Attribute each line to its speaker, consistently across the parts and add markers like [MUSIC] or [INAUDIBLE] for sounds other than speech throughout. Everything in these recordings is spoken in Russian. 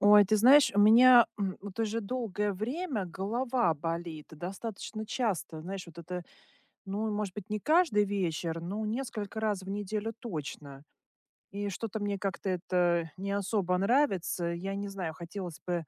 Speaker 1: Ой, ты знаешь, у меня, вот уже долгое время голова болит, достаточно часто. Знаешь, вот это, ну, может быть, не каждый вечер, но несколько раз в неделю точно. И что-то мне как-то это не особо нравится. Я не знаю, хотелось бы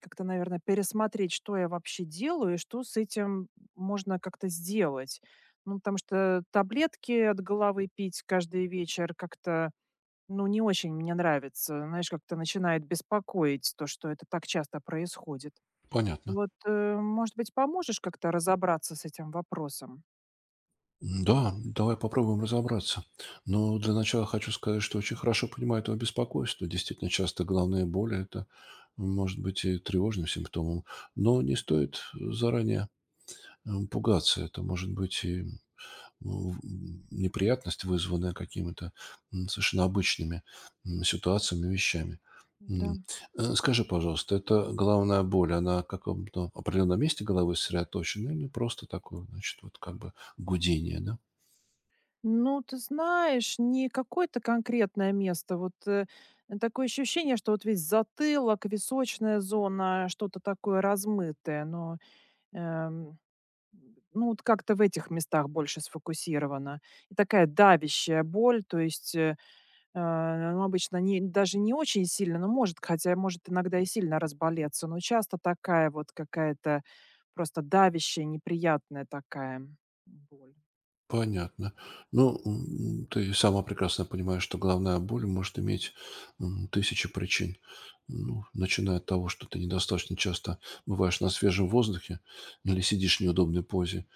Speaker 1: как-то, наверное, пересмотреть, что я вообще делаю и что с этим можно как-то сделать. Ну, потому что таблетки от головы пить каждый вечер как-то ну, не очень мне нравится. Знаешь, как-то начинает беспокоить то, что это так часто происходит.
Speaker 2: Понятно.
Speaker 1: Вот, может быть, поможешь как-то разобраться с этим вопросом?
Speaker 2: Да, давай попробуем разобраться. Но для начала хочу сказать, что очень хорошо понимаю это беспокойство. Действительно, часто главная боль – это может быть и тревожным симптомом. Но не стоит заранее пугаться. Это может быть и неприятность, вызванная какими-то совершенно обычными ситуациями, вещами.
Speaker 1: Да.
Speaker 2: М. Скажи, пожалуйста, это головная боль, она в каком-то определенном месте головы сосредоточена или просто такое, значит, вот как бы гудение, да?
Speaker 1: Ну, ты знаешь, не какое-то конкретное место. Вот, такое ощущение, что вот весь затылок, височная зона, что-то такое размытое, но эм, ну, вот как-то в этих местах больше сфокусировано. И такая давящая боль, то есть ну, обычно не даже не очень сильно, но может, хотя может иногда и сильно разболеться, но часто такая вот какая-то просто давящая, неприятная такая боль.
Speaker 2: Понятно. Ну, ты сама прекрасно понимаешь, что головная боль может иметь тысячи причин. Ну, начиная от того, что ты недостаточно часто бываешь на свежем воздухе или сидишь в неудобной позе,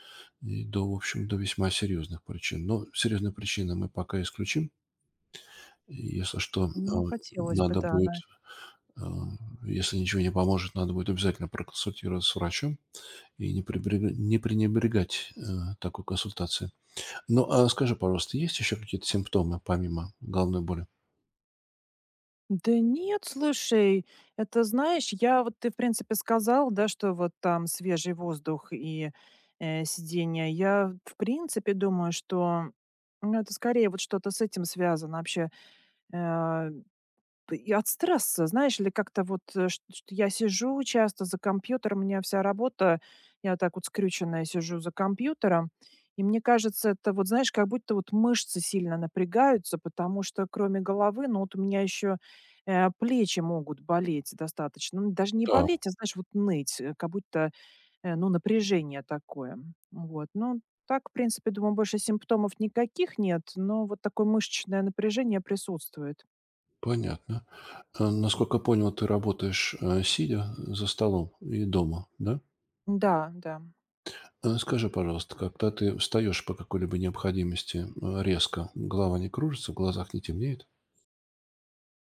Speaker 2: и до, в общем, до весьма серьезных причин. Но серьезные причины мы пока исключим. Если что,
Speaker 1: Ну,
Speaker 2: а,
Speaker 1: хотелось бы,
Speaker 2: надо
Speaker 1: да, она...
Speaker 2: будет, а, если ничего не поможет, надо будет обязательно проконсультироваться с врачом и не пренебрегать такой консультацией. Ну, а скажи, пожалуйста, есть еще какие-то симптомы помимо головной боли?
Speaker 1: Да нет, слушай, это знаешь, я вот ты, в принципе, сказал, да, что вот там свежий воздух и, сидение. Я, в принципе, думаю, что, ну, это скорее вот что-то с этим связано вообще. Э И от стресса, знаешь, или как-то вот, э, чт что я сижу часто за компьютером, у меня вся работа, я вот так вот скрюченная сижу за компьютером. И мне кажется, это вот, знаешь, как будто вот мышцы сильно напрягаются, потому что кроме головы, ну, вот у меня еще, плечи могут болеть достаточно. Ну, даже не
Speaker 2: Да,
Speaker 1: болеть, а, знаешь, вот ныть, как будто, ну, напряжение такое. Вот. Ну, так, в принципе, думаю, больше симптомов никаких нет, но вот такое мышечное напряжение присутствует.
Speaker 2: понятно. Насколько понял, ты работаешь, сидя за столом и дома, да?
Speaker 1: Да, да.
Speaker 2: Скажи, пожалуйста, когда ты встаешь по какой-либо необходимости, резко, голова не кружится, в глазах не темнеет?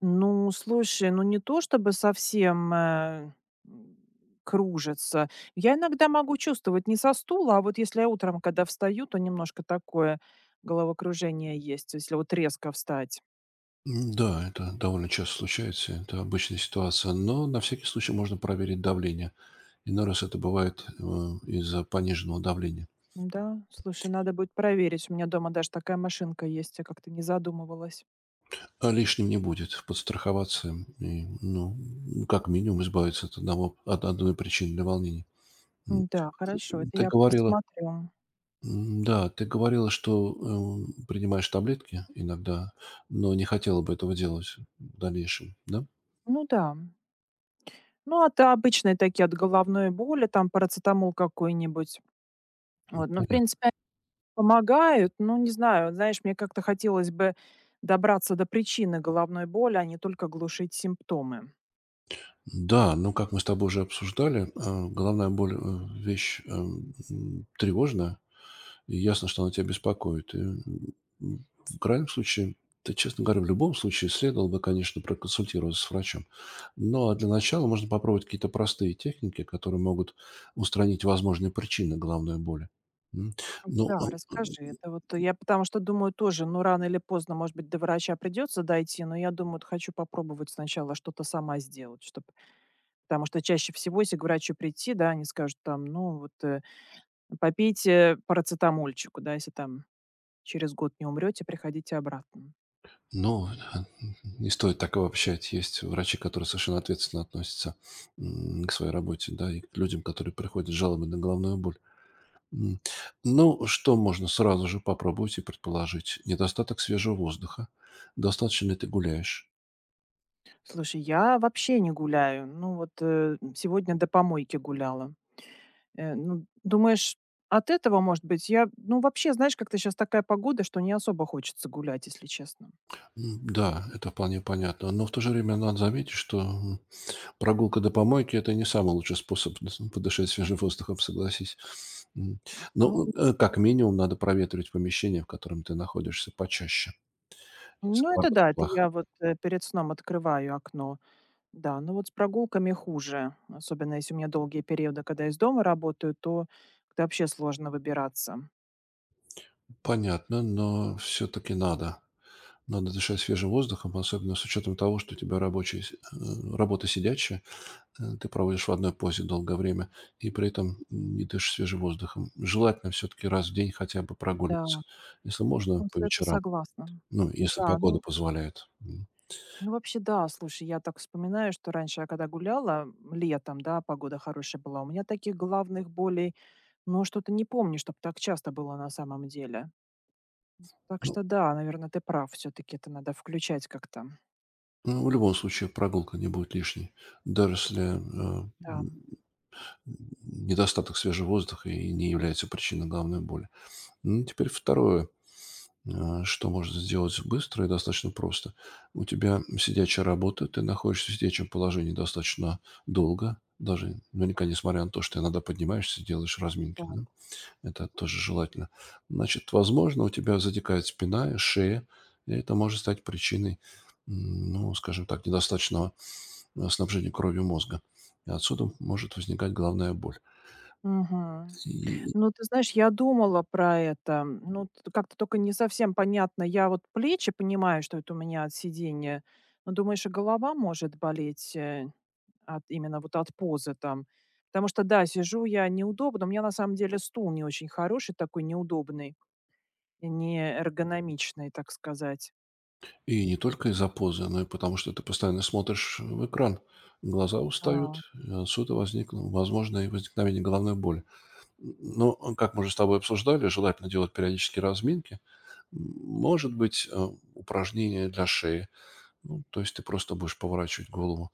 Speaker 1: Ну, слушай, ну не то чтобы совсем, м, кружится. Я иногда могу чувствовать не со стула, а вот если я утром, когда встаю, то немножко такое головокружение есть, если вот резко встать.
Speaker 2: Да, это довольно часто случается, это обычная ситуация, но на всякий случай можно проверить давление. Иной раз это бывает, из-за пониженного давления.
Speaker 1: Да, слушай, надо будет проверить. У меня дома даже такая машинка есть, я как-то не задумывалась.
Speaker 2: А лишним не будет подстраховаться и, ну, ну, как минимум избавиться от одного от одной причины для волнений. М,
Speaker 1: Да, хорошо, это
Speaker 2: ты
Speaker 1: я
Speaker 2: говорила
Speaker 1: посмотрю.
Speaker 2: да, ты говорила, что, принимаешь таблетки иногда, но не хотела бы этого делать в дальнейшем, да?
Speaker 1: Ну да. Ну, а то обычные такие от головной боли, там парацетамол какой-нибудь. Вот, ну, в
Speaker 2: Понятно.
Speaker 1: принципе, помогают, но не знаю, знаешь, мне как-то хотелось бы добраться до причины головной боли, а не только глушить симптомы.
Speaker 2: Да, ну, как мы с тобой уже обсуждали, головная боль, вещь, тревожная. И ясно, что она тебя беспокоит. В крайнем случае, ты, честно говоря, в любом случае следовало бы, конечно, проконсультироваться с врачом. Но для начала можно попробовать какие-то простые техники, которые могут устранить возможные причины головной боли. М, Ну,
Speaker 1: Да,
Speaker 2: э,
Speaker 1: расскажи. Это вот я потому что думаю тоже, ну, рано или поздно, может быть, до врача придется дойти, но я думаю, вот хочу попробовать сначала что-то сама сделать, чтоб... потому что чаще всего, если к врачу прийти, да, они скажут там, ну, попейте парацетамольчику, да, если там через год не умрете, приходите обратно.
Speaker 2: ну, не стоит так обобщать. Есть врачи, которые совершенно ответственно относятся к своей работе, да, и к людям, которые приходят с жалобой на головную боль. М. Ну, что можно сразу же попробовать и предположить? Недостаток свежего воздуха. Достаточно ли ты гуляешь?
Speaker 1: Слушай, я вообще не гуляю. Ну вот, сегодня до помойки гуляла. Ну, думаешь, от этого, может быть? Я, ну, вообще, знаешь, как-то сейчас такая погода, что не особо хочется гулять, если честно.
Speaker 2: Да, это вполне понятно. Но в то же время надо заметить, что прогулка до помойки – это не самый лучший способ [LAUGHS] подышать свежим воздухом, согласись. М.
Speaker 1: Ну,
Speaker 2: Ну, как минимум, надо проветривать помещение, в котором ты находишься, почаще. Если
Speaker 1: ну, это
Speaker 2: погода
Speaker 1: да, это
Speaker 2: плохая.
Speaker 1: я вот, перед сном открываю окно. Да, но вот с прогулками хуже, особенно если у меня долгие периоды, когда я из дома работаю, то как-то вообще сложно выбираться.
Speaker 2: Понятно, но все-таки надо. Надо дышать свежим воздухом, особенно с учетом того, что у тебя работа сидячая, ты проводишь в одной позе долгое время и при этом не дышишь свежим воздухом. Желательно все-таки раз в день хотя бы прогуливаться.
Speaker 1: Да,
Speaker 2: Если можно,
Speaker 1: ну,
Speaker 2: по
Speaker 1: с это
Speaker 2: вечерам.
Speaker 1: согласна.
Speaker 2: Ну, если
Speaker 1: Да,
Speaker 2: погода
Speaker 1: ну...
Speaker 2: позволяет. М.
Speaker 1: Ну, вообще, да, слушай, я так вспоминаю, что раньше я когда гуляла летом, да, погода хорошая была, у меня таких головных болей, ну, что-то не помню, чтобы так часто было на самом деле. Так
Speaker 2: Ну,
Speaker 1: что да, наверное, ты прав, все-таки это надо включать как-то.
Speaker 2: ну, в любом случае прогулка не будет лишней, даже если
Speaker 1: Да,
Speaker 2: недостаток свежего воздуха и не является причиной головной боли. Ну, теперь второе. А что можно сделать быстро и достаточно просто. У тебя сидячая работа, ты находишься в сидячем положении достаточно долго, даже наверняка несмотря на то, что ты иногда поднимаешься, делаешь разминки,
Speaker 1: да.
Speaker 2: да, это тоже желательно. Значит, возможно, у тебя затекает спина, и шея, и это может стать причиной, ну, скажем так, недостаточного снабжения кровью мозга. И отсюда может возникать головная боль.
Speaker 1: Мгм.
Speaker 2: И
Speaker 1: Ну, ты знаешь, я думала про это. Ну, т как-то только не совсем понятно. Я вот плечи понимаю, что это у меня от сидения, но, думаешь, и голова может болеть, от именно вот от позы там? Потому что, да, сижу я неудобно. У меня на самом деле стул не очень хороший, такой неудобный, и не эргономичный, так сказать.
Speaker 2: И не
Speaker 1: Вот,
Speaker 2: только из-за позы, но и потому, что ты постоянно смотришь в экран. Глаза устают,
Speaker 1: да.
Speaker 2: и отсюда возникло, возможно, и возникновение головной боли. Но, как мы уже с тобой обсуждали, желательно делать периодические разминки. Может быть, упражнение для шеи. Ну, то есть ты просто будешь поворачивать голову,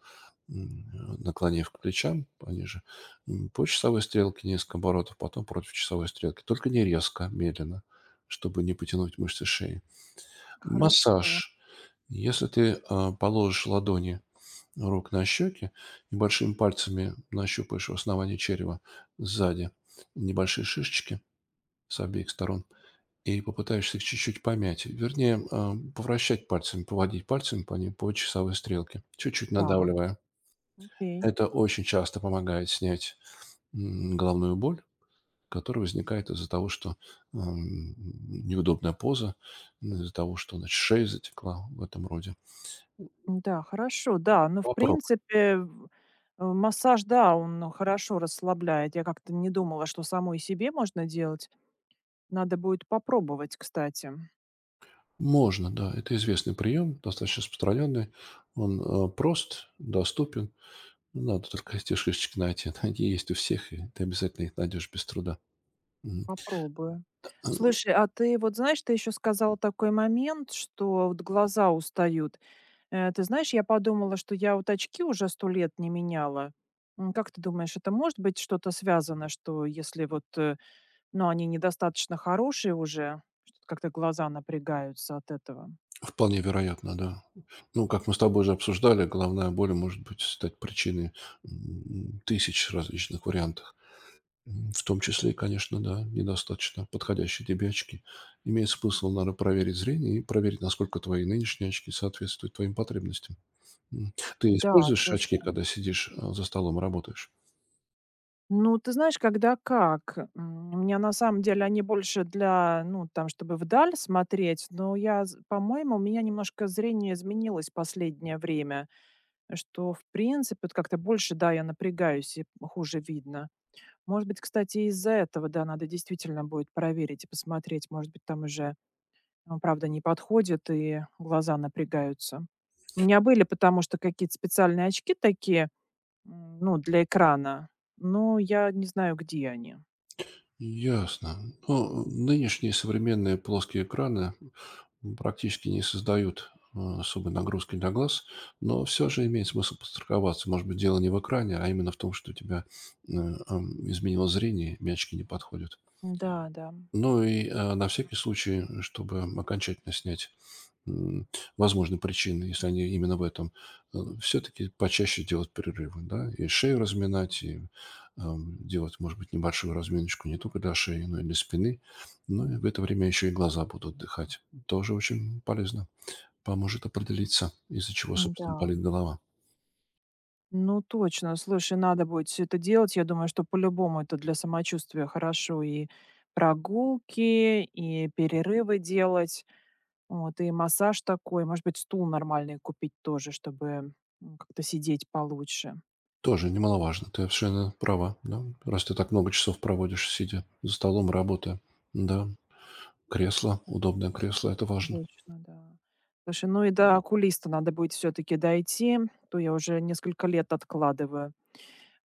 Speaker 2: наклонив к плечам пониже, по часовой стрелке несколько оборотов, потом против часовой стрелки. Только не резко, медленно, чтобы не потянуть мышцы шеи.
Speaker 1: Хорошо.
Speaker 2: Массаж: если ты, положишь ладони рук на щеки и большими пальцами нащупаешь в основании черева сзади небольшие шишечки с обеих сторон и попытаешься их чуть-чуть помять, вернее, повращать пальцами, поводить пальцами по ним по часовой стрелке, чуть-чуть
Speaker 1: Так,
Speaker 2: надавливая.
Speaker 1: окей.
Speaker 2: Это очень часто помогает снять, головную боль, которая возникает из-за того, что, ам, неудобная поза, из-за того, что, значит, шея затекла, в этом роде.
Speaker 1: Да, хорошо, да. Ну, в
Speaker 2: Попробуй.
Speaker 1: принципе, массаж, да, он ну, хорошо расслабляет. Я как-то не думала, что самой себе можно делать. Надо будет попробовать, кстати.
Speaker 2: Можно, да. Это известный прием, достаточно распространенный. Он прост, доступен. Ну, надо только эти шишечки найти. [LAUGHS] Они есть у всех, и ты обязательно их найдешь без труда. Мгм.
Speaker 1: Попробую. Слушай, а ты вот знаешь, ты еще сказала такой момент, что вот глаза устают. Ты знаешь, я подумала, что я вот очки уже сто лет не меняла. Как ты думаешь, это может быть что-то связано, что если вот, ну, они недостаточно хорошие уже, что как-то глаза напрягаются от этого?
Speaker 2: Вполне вероятно, да. Ну, как мы с тобой же обсуждали, головная боль может быть стать причиной тысяч различных вариантов. В том числе, и, конечно, да, недостаточно подходящие тебе очки. Имеет смысл, надо проверить зрение и проверить, насколько твои нынешние очки соответствуют твоим потребностям. М. Ты
Speaker 1: Да,
Speaker 2: используешь очки,
Speaker 1: слушай,
Speaker 2: когда сидишь, за столом и работаешь?
Speaker 1: ну, ты знаешь, когда как. У меня на самом деле они больше для, ну, там, чтобы вдаль смотреть, но я, з по-моему, у меня немножко зрение изменилось последнее время, что, в принципе, вот как-то больше, да, я напрягаюсь и хуже видно. Может быть, кстати, из-за этого, да, надо действительно будет проверить и посмотреть. Может быть, там уже, ну, правда, не подходит и глаза напрягаются. У меня были, потому что какие-то специальные очки такие, ну, для экрана. Но я не знаю, где они.
Speaker 2: Ясно. Ну, нынешние современные плоские экраны, практически не создают, особой нагрузки для глаз, но все же имеет смысл подстраховаться. Может быть, дело не в экране, а именно в том, что у тебя, изменилось зрение, и очки не подходят.
Speaker 1: Да, да.
Speaker 2: Ну и, на всякий случай, чтобы окончательно снять м, возможной причины, если они именно в этом, все-таки почаще делать перерывы, да, и шею разминать, и делать, может быть, небольшую разминочку не только для шеи, но и для спины. Ну и в это время еще и глаза будут отдыхать. Тоже очень полезно. Поможет определиться, из-за чего, собственно,
Speaker 1: Да.
Speaker 2: болит голова.
Speaker 1: Ну, точно. Слушай, надо будет все это делать. Я думаю, что по-любому это для самочувствия хорошо. И прогулки, и перерывы делать, вот, и массаж такой. Может быть, стул нормальный купить тоже, чтобы, как-то сидеть получше.
Speaker 2: Тоже немаловажно. Ты совершенно права, да. Раз ты так много часов проводишь, сидя за столом, работая. Да, кресло, удобное кресло, это важно.
Speaker 1: Точно, да. Слушай, ну и до окулиста надо будет все таки дойти, то я уже несколько лет откладываю.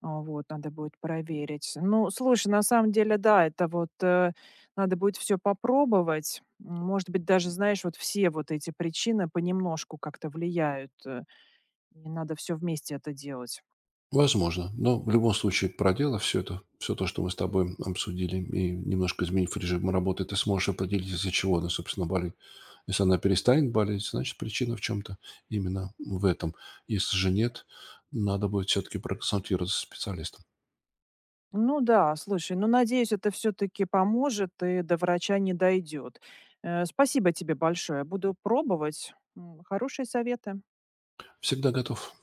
Speaker 1: А, вот, надо будет проверить. Ну, слушай, на самом деле, да, это надо будет все попробовать. Может быть, даже, знаешь, вот все вот эти причины понемножку как-то влияют. И надо все вместе это делать.
Speaker 2: Возможно. Но в любом случае, проделав все это, все то, что мы с тобой обсудили, и немножко изменив режим работы, ты сможешь определить, из-за чего она, собственно, болит. Если она перестанет болеть, значит, причина в чем-то именно в этом. Если же нет, надо будет все-таки проконсультироваться с специалистом.
Speaker 1: Ну да, слушай, ну надеюсь, это все-таки поможет и до врача не дойдет. Спасибо тебе большое. Буду пробовать. Хорошие советы.
Speaker 2: Всегда готов.